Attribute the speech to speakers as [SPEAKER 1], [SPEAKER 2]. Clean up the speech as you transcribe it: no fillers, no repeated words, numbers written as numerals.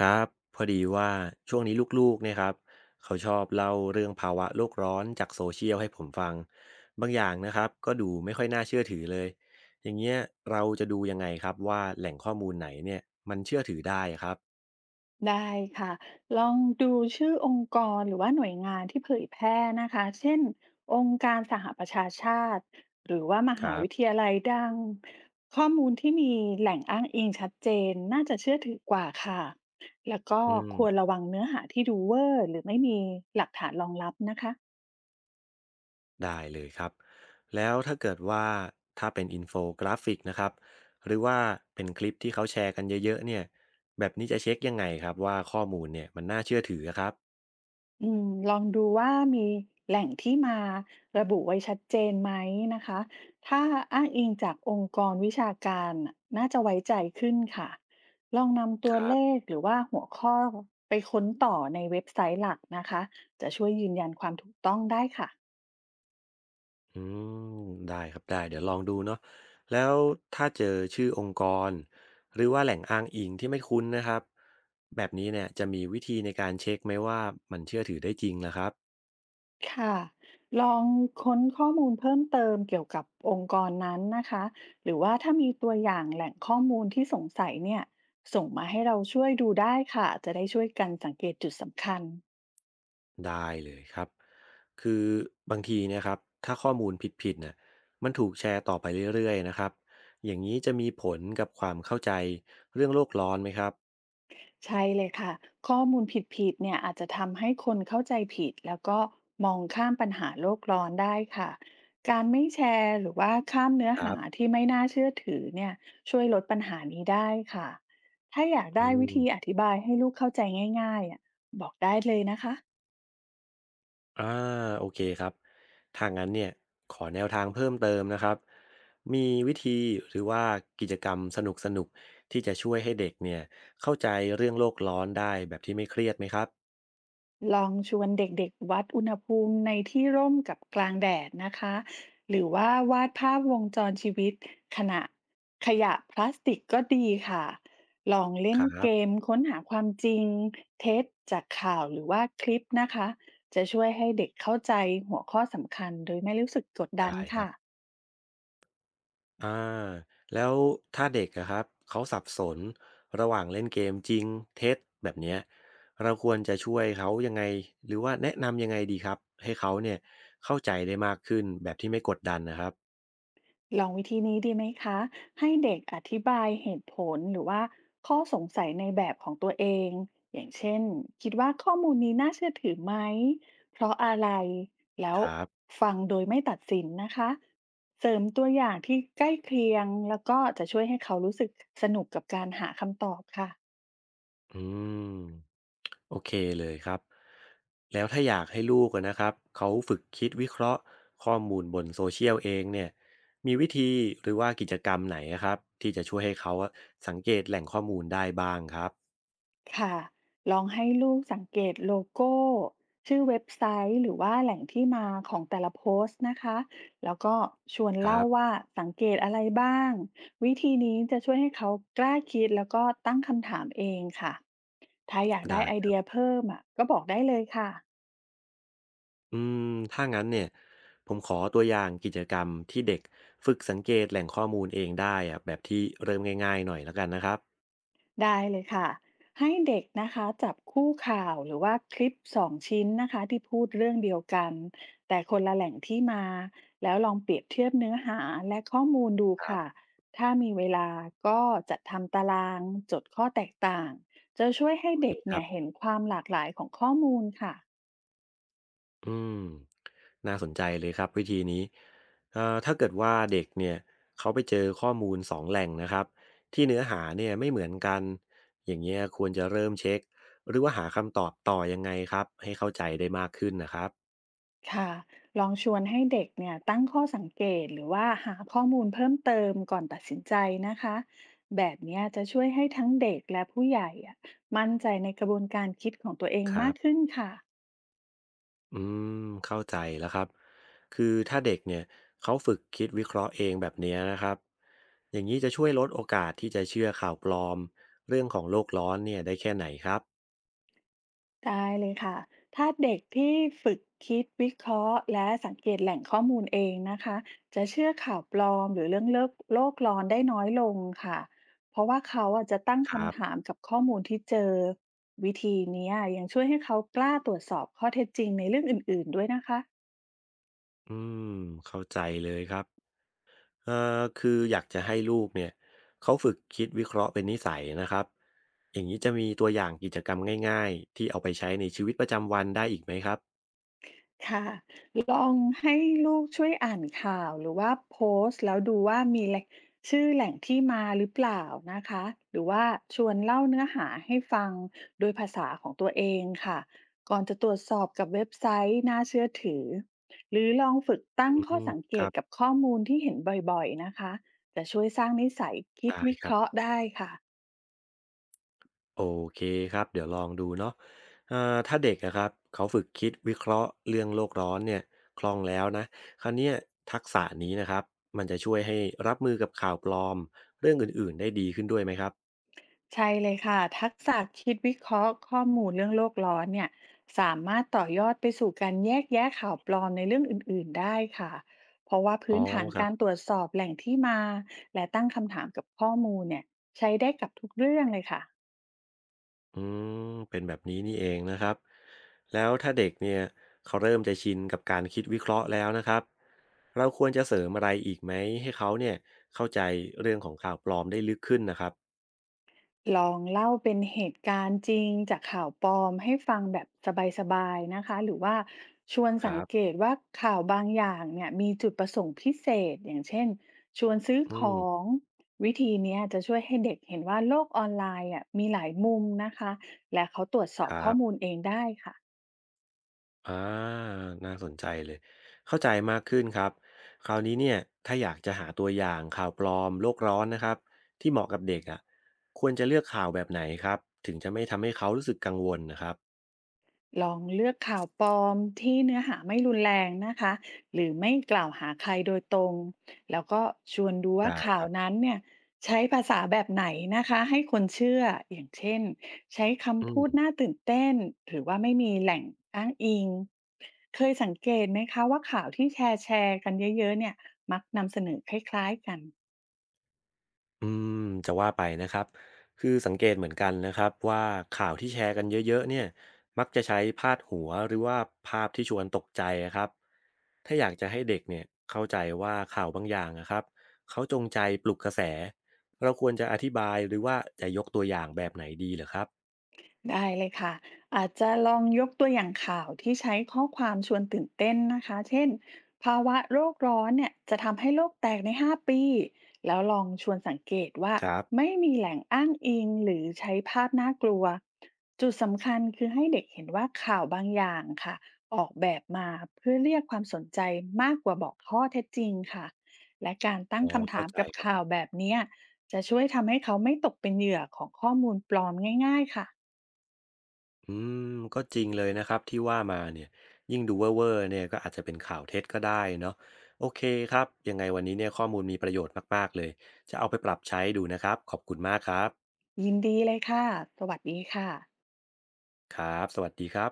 [SPEAKER 1] ครับพอดีว่าช่วงนี้ลูกๆเนี่ยครับเขาชอบเล่าเรื่องภาวะโลกร้อนจากโซเชียลให้ผมฟังบางอย่างนะครับก็ดูไม่ค่อยน่าเชื่อถือเลยอย่างเงี้ยเราจะดูยังไงครับว่าแหล่งข้อมูลไหนเนี่ยมันเชื่อถือได้ครับ
[SPEAKER 2] ได้ค่ะ ลองดูชื่อองค์กรหรือว่าหน่วยงานที่เผยแพร่นะคะ เช่นองค์การสหประชาชาติ หรือว่าม
[SPEAKER 1] ค
[SPEAKER 2] หา
[SPEAKER 1] รั
[SPEAKER 2] วิท
[SPEAKER 1] บ
[SPEAKER 2] ยาลัยดัง ข้อมูลที่มีแหล่งอ้างอิงชัดเจนน่าจะเชื่อถือกว่าค่ะ แล้วก็
[SPEAKER 1] อืม
[SPEAKER 2] ควรระวังเนื้อหาที่ดูเวอร์หรือไม่มีหลักฐานรองรับนะคะ
[SPEAKER 1] ได้เลยครับแล้วถ้าเกิดว่าถ้าเป็นอินโฟกราฟิกนะครับหรือว่าเป็นคลิปที่เขาแชร์กันเยอะๆเนี่ยแบบนี้จะเช็คยังไงครับว่าข้อมูลเนี่ยมันน่าเชื่อถือครับ
[SPEAKER 2] อืมลองดูว่ามีแหล่งที่มาระบุไว้ชัดเจนไหมนะคะ ถ้าอ้างอิงจากองค์กรวิชาการน่ะน่าจะไว้ใจขึ้นค่ะ ลองนำตัวเลขหรือว่าหัวข้อไปค้นต่อในเว็บไซต์หลักนะคะจะช่วยยืนยันความถูกต้องได้ค่ะ
[SPEAKER 1] อืมได้ครับได้เดี๋ยวลองดูเนาะแล้วถ้าเจอชื่อองค์กรหรือว่าแหล่งอ้างอิงที่ไม่คุ้นนะครับแบบนี้เนี่ยจะมีวิธีในการเช็คไหมว่ามันเชื่อถือได้จริงนะครับ
[SPEAKER 2] ค่ะลองค้นข้อมูลเพิ่มเติมเกี่ยวกับองค์กรนั้นนะคะหรือว่าถ้ามีตัวอย่างแหล่งข้อมูลที่สงสัยเนี่ยส่งมาให้เราช่วยดูได้ค่ะจะได้ช่วยกันสังเกตจุดสำคัญ
[SPEAKER 1] ได้เลยครับคือบางทีเนะครับถ้าข้อมูลผิดๆน่ะมันถูกแชร์ต่อไปเรื่อยๆนะครับอย่างนี้จะมีผลกับความเข้าใจเรื่องโลกร้อนไหมครับ
[SPEAKER 2] ใช่เลยค่ะข้อมูลผิดๆเนี่ยอาจจะทำให้คนเข้าใจผิดแล้วก็มองข้ามปัญหาโลกร้อนได้ค่ะการไม่แชร์หรือว่าข้ามเนื้อ
[SPEAKER 1] ครั
[SPEAKER 2] หา
[SPEAKER 1] บ
[SPEAKER 2] ที่ไม่น่าเชื่อถือเนี่ยช่วยลดปัญหานี้ได้ค่ะถ้าอยาก
[SPEAKER 1] อื
[SPEAKER 2] ได้วิ
[SPEAKER 1] ม
[SPEAKER 2] ธีอธิบายให้ลูกเข้าใจง่ายๆอ่ะบอกได้เลยนะคะ
[SPEAKER 1] อ่าโอเคครับถ้างนั้นเนี่ยขอแนวทางเพิ่มเติมนะครับมีวิธีหรือว่ากิจกรรมสนุกสนุกที่จะช่วยให้เด็กเนี่ยเข้าใจเรื่องโลกร้อนได้แบบที่ไม่เครียดไหมครับ
[SPEAKER 2] ลองชวนเด็กๆวัดอุณหภูมิในที่ร่มกับกลางแดดนะคะหรือว่าวาดภาพวงจรชีวิตขณะขยะพลาสติกก็ดีค่ะ ลอง
[SPEAKER 1] ค
[SPEAKER 2] เล่น
[SPEAKER 1] รั
[SPEAKER 2] เก
[SPEAKER 1] บ
[SPEAKER 2] มค้นหาความจริงเท็จจากข่าวหรือว่าคลิปนะคะจะช่วยให้เด็กเข้าใจหัวข้อสำคัญโดยไม่รู้สึกกดดัน
[SPEAKER 1] ได้ครั
[SPEAKER 2] ค่ะ
[SPEAKER 1] บอาแล้วถ้าเด็กอะครับเขาสับสนระหว่างเล่นเกมจริงเท็จแบบเนี้ยเราควรจะช่วยเขายังไงหรือว่าแนะนำยังไงดีครับให้เขาเนี่ยเข้าใจได้มากขึ้นแบบที่ไม่กดดันนะครับ
[SPEAKER 2] ลองวิธีนี้ดีไหมคะ ให้เด็กอธิบายเหตุผลหรือว่าข้อสงสัยในแบบของตัวเอง อย่างเช่นคิดว่าข้อมูลนี้น่าเชื่อถือไหม เพราะอะไร แล้ว
[SPEAKER 1] ครับ
[SPEAKER 2] ฟังโดยไม่ตัดสินนะคะ เสริมตัวอย่างที่ใกล้เคียงแล้วก็จะช่วยให้เขารู้สึกสนุกกับการหาคำตอบค่ะ
[SPEAKER 1] อืมโอเคเลยครับแล้วถ้าอยากให้ลูกอะนะครับเขาฝึกคิดวิเคราะห์ข้อมูลบนโซเชียลเองเนี่ยมีวิธีหรือว่ากิจกรรมไหนอะครับที่จะช่วยให้เขาอะสังเกตแหล่งข้อมูลได้บ้างครับ
[SPEAKER 2] ค่ะลองให้ลูกสังเกตโลโก้ชื่อเว็บไซต์หรือว่าแหล่งที่มาของแต่ละโพสต์นะคะแล้วก็ชวน
[SPEAKER 1] ค
[SPEAKER 2] เล่า
[SPEAKER 1] รับ
[SPEAKER 2] ว่าสังเกตอะไรบ้างวิธีนี้จะช่วยให้เขากล้าคิดแล้วก็ตั้งคำถามเองค่ะถ้าอยากได้
[SPEAKER 1] ได้
[SPEAKER 2] ไอ
[SPEAKER 1] ครั
[SPEAKER 2] เดีย
[SPEAKER 1] บ
[SPEAKER 2] เพิ่มอ่ะก็บอกได้เลยค่ะ
[SPEAKER 1] อืมถ้างั้นเนี่ยผมขอตัวอย่างกิจกรรมที่เด็กฝึกสังเกตแหล่งข้อมูลเองได้อะแบบที่เริ่มง่ายๆหน่อยแล้วกันนะครับ
[SPEAKER 2] ได้เลยค่ะให้เด็กนะคะจับคู่ข่าวหรือว่าคลิปสองชิ้นนะคะที่พูดเรื่องเดียวกันแต่คนละแหล่งที่มาแล้วลองเปรียบเทียบเนื้อหาและข้อมูลดู
[SPEAKER 1] ครั
[SPEAKER 2] ค่ะ
[SPEAKER 1] บ
[SPEAKER 2] ถ้ามีเวลาก็จัดทำตารางจดข้อแตกต่างจะช่วยให้
[SPEAKER 1] โอเค
[SPEAKER 2] เด็ก
[SPEAKER 1] ครั
[SPEAKER 2] เนี่
[SPEAKER 1] บ
[SPEAKER 2] ยเห็นความหลากหลายของข้อมูลค่ะ
[SPEAKER 1] อืมน่าสนใจเลยครับวิธีนี้ถ้าเกิดว่าเด็กเนี่ยเขาไปเจอข้อมูลสองแหล่งนะครับที่เนื้อหาเนี่ยไม่เหมือนกันอย่างเงี้ยควรจะเริ่มเช็คหรือว่าหาคำตอบต่อยังไงครับให้เข้าใจได้มากขึ้นนะครับ
[SPEAKER 2] ค่ะลองชวนให้เด็กเนี่ยตั้งข้อสังเกตหรือว่าหาข้อมูลเพิ่มเติมก่อนตัดสินใจนะคะแบบเนี้ยจะช่วยให้ทั้งเด็กและผู้ใหญ่อะมั่นใจในกระบวนการคิดของตัวเอง
[SPEAKER 1] ครั
[SPEAKER 2] มากขึ้
[SPEAKER 1] บ
[SPEAKER 2] นค่ะ
[SPEAKER 1] อืเข้าใจแล้วครับคือถ้าเด็กเนี่ยเขาฝึกคิดวิเคราะห์เองแบบเนี้ยนะครับอย่างนี้จะช่วยลดโอกาสที่จะเชื่อข่าวปลอมเรื่องของโลกร้อนเนี่ยได้แค่ไหนครับ
[SPEAKER 2] ได้เลยค่ะ ถ้าเด็กที่ฝึกคิดวิเคราะห์และสังเกตแหล่งข้อมูลเองนะคะ จะเชื่อข่าวปลอมหรือเรื่องเลิกโลกร้อนได้น้อยลงค่ะ เพราะว่าเขาอาจจะตั้ง
[SPEAKER 1] ครั
[SPEAKER 2] คำ
[SPEAKER 1] บ
[SPEAKER 2] ถามกับข้อมูลที่เจอ วิธีเนี้ยยังช่วยให้เขากล้าตรวจสอบข้อเท็จจริงในเรื่องอื่นๆด้วยนะคะ
[SPEAKER 1] อืมเข้าใจเลยครับ เอ่คืออยากจะให้ลูกเนี่ยเขาฝึกคิดวิเคราะห์เป็นนิสัยนะครับอย่างนี้จะมีตัวอย่างกิจกรรมง่ายๆที่เอาไปใช้ในชีวิตประจำวันได้อีกไหมครับ
[SPEAKER 2] ค่ะลองให้ลูกช่วยอ่านข่าวหรือว่าโพสต์แล้วดูว่ามีแหล่งชื่อแหล่งที่มาหรือเปล่านะคะหรือว่าชวนเล่าเนื้อหาให้ฟังโดยภาษาของตัวเองค่ะก่อนจะตรวจสอบกับเว็บไซต์น่าเชื่อถือหรือลองฝึกตั้งข้
[SPEAKER 1] อื
[SPEAKER 2] อ
[SPEAKER 1] ม
[SPEAKER 2] สังเก
[SPEAKER 1] ครั
[SPEAKER 2] ต
[SPEAKER 1] บ
[SPEAKER 2] กับข้อมูลที่เห็นบ่อยๆนะคะจะช่วยสร้างนิสัยคิด
[SPEAKER 1] ได้
[SPEAKER 2] วิ
[SPEAKER 1] ค
[SPEAKER 2] เค
[SPEAKER 1] รับ
[SPEAKER 2] ราะห์ได้ค่ะ
[SPEAKER 1] โอเคครับเดี๋ยวลองดูเนาะเอ่อถ้าเด็กนะครับเขาฝึกคิดวิเคราะห์เรื่องโลกร้อนเนี่ยคล่องแล้วนะคราวเนี้ยทักษะนี้นะครับมันจะช่วยให้รับมือกับข่าวปลอมเรื่องอื่นๆได้ดีขึ้นด้วยไหมครับ
[SPEAKER 2] ใช่เลยค่ะทักษะคิดวิเคราะห์ข้อมูลเรื่องโลกร้อนเนี่ยสามารถต่อยอดไปสู่การแยกแยะข่าวปลอมในเรื่องอื่นๆได้ค่ะเพราะว่า
[SPEAKER 1] อ๋อ
[SPEAKER 2] พื้นฐาน
[SPEAKER 1] ครั
[SPEAKER 2] การ
[SPEAKER 1] บ
[SPEAKER 2] ตรวจสอบแหล่งที่มาและตั้งคำถามกับข้อมูลเนี่ยใช้ได้กับทุกเรื่องเลยค่ะ
[SPEAKER 1] อืมเป็นแบบนี้นี่เองนะครับแล้วถ้าเด็กเนี่ยเขาเริ่มจะชินกับการคิดวิเคราะห์แล้วนะครับเราควรจะเสริมอะไรอีกไหมให้เขาเนี่ยเข้าใจเรื่องของข่าวปลอมได้ลึกขึ้นนะครับ
[SPEAKER 2] ลองเล่าเป็นเหตุการณ์จริงจากข่าวปลอมให้ฟังแบบสบายๆนะคะหรือว่าชวน
[SPEAKER 1] ครั
[SPEAKER 2] สังเก
[SPEAKER 1] บ
[SPEAKER 2] ตว่าข่าวบางอย่างเนี่ยมีจุดประสงค์พิเศษอย่างเช่นชวนซื้อ
[SPEAKER 1] อื
[SPEAKER 2] ข
[SPEAKER 1] ม
[SPEAKER 2] องวิธีเนี้ยจะช่วยให้เด็กเห็นว่าโลกออนไลน์อ่ะมีหลายมุมนะคะและเขาตรวจสอ
[SPEAKER 1] ค
[SPEAKER 2] บ
[SPEAKER 1] รั
[SPEAKER 2] ข้อมู
[SPEAKER 1] บ
[SPEAKER 2] ลเองได้ค่ะ
[SPEAKER 1] อ่าน่าสนใจเลยเข้าใจมากขึ้นครับคราวนี้เนี่ยถ้าอยากจะหาตัวอย่างข่าวปลอมโลกร้อนนะครับที่เหมาะกับเด็กอ่ะควรจะเลือกข่าวแบบไหนครับถึงจะไม่ทำให้เขารู้สึกกังวลนะครับ
[SPEAKER 2] ลองเลือกข่าวปลอมที่เนื้อหาไม่รุนแรงนะคะหรือไม่กล่าวหาใครโดยตรงแล้วก็ชวนดูว่า
[SPEAKER 1] ได้
[SPEAKER 2] ข่า
[SPEAKER 1] ค
[SPEAKER 2] ว
[SPEAKER 1] รับ
[SPEAKER 2] นั้นเนี่ยใช้ภาษาแบบไหนนะคะให้คนเชื่ออย่างเช่นใช้
[SPEAKER 1] อื
[SPEAKER 2] คำพูดน่า
[SPEAKER 1] ม
[SPEAKER 2] ตื่นเต้นหรือว่าไม่มีแหล่งอ้างอิงเคยสังเกตไหมคะว่าข่าวที่แชร์กันเยอะๆเนี่ยมัก
[SPEAKER 1] อืมจะว่าไปนะครับคือสังเกตเหมือนกันนะครับว่าข่าวที่แชร์กันเยอะๆเนี่ยมักจะใช้พาดหัวหรือว่าภาพที่ชวนตกใจอะครับถ้าอยากจะให้เด็กเนี่ยเข้าใจว่าข่าวบางอย่างนะครับเขาจงใจปลุกกระแสเราควรจะอธิบายหรือว่าจะยกตัวอย่างแบบไหนดีเหรอครับ
[SPEAKER 2] ได้เลยค่ะ อาจจะลองยกตัวอย่างข่าวที่ใช้ข้อความชวนตื่นเต้นนะคะ เช่นภาวะโลกร้อนเนี่ยจะทำให้โลกแตกใน5ปี แล้วลองชวนสังเกตว่า
[SPEAKER 1] ครับ
[SPEAKER 2] ไม่มีแหล่งอ้างอิงหรือใช้ภาพน่ากลัว จุดสำคัญคือให้เด็กเห็นว่าข่าวบางอย่างค่ะออกแบบมาเพื่อเรียกความสนใจมากกว่าบอกข้อเท็จจริงค่ะ และการตั้ง
[SPEAKER 1] อ๋อ
[SPEAKER 2] คำ
[SPEAKER 1] เข้า
[SPEAKER 2] ถาม
[SPEAKER 1] ใจ
[SPEAKER 2] กับ
[SPEAKER 1] ครั
[SPEAKER 2] ข่า
[SPEAKER 1] บ
[SPEAKER 2] วแบบเนี้ยจะช่วยทำให้เขาไม่ตกเป็นเหยื่อของข้อมูลปลอมง่ายๆค่ะ
[SPEAKER 1] อืมก็จริงเลยนะครับที่ว่ามาเนี่ยยิ่งดูเว่อร์ๆเนี่ยก็อาจจะเป็นข่าวเท็จก็ได้เนาะโอเคครับยังไงวันนี้เนี่ยข้อมูลมีประโยชน์มากๆเลยจะเอาไปปรับใช้ดูนะครับขอบคุณมากครับ
[SPEAKER 2] ยินดีเลยค่ะ สวัสดีค่ะ
[SPEAKER 1] ครับสวัสดีครับ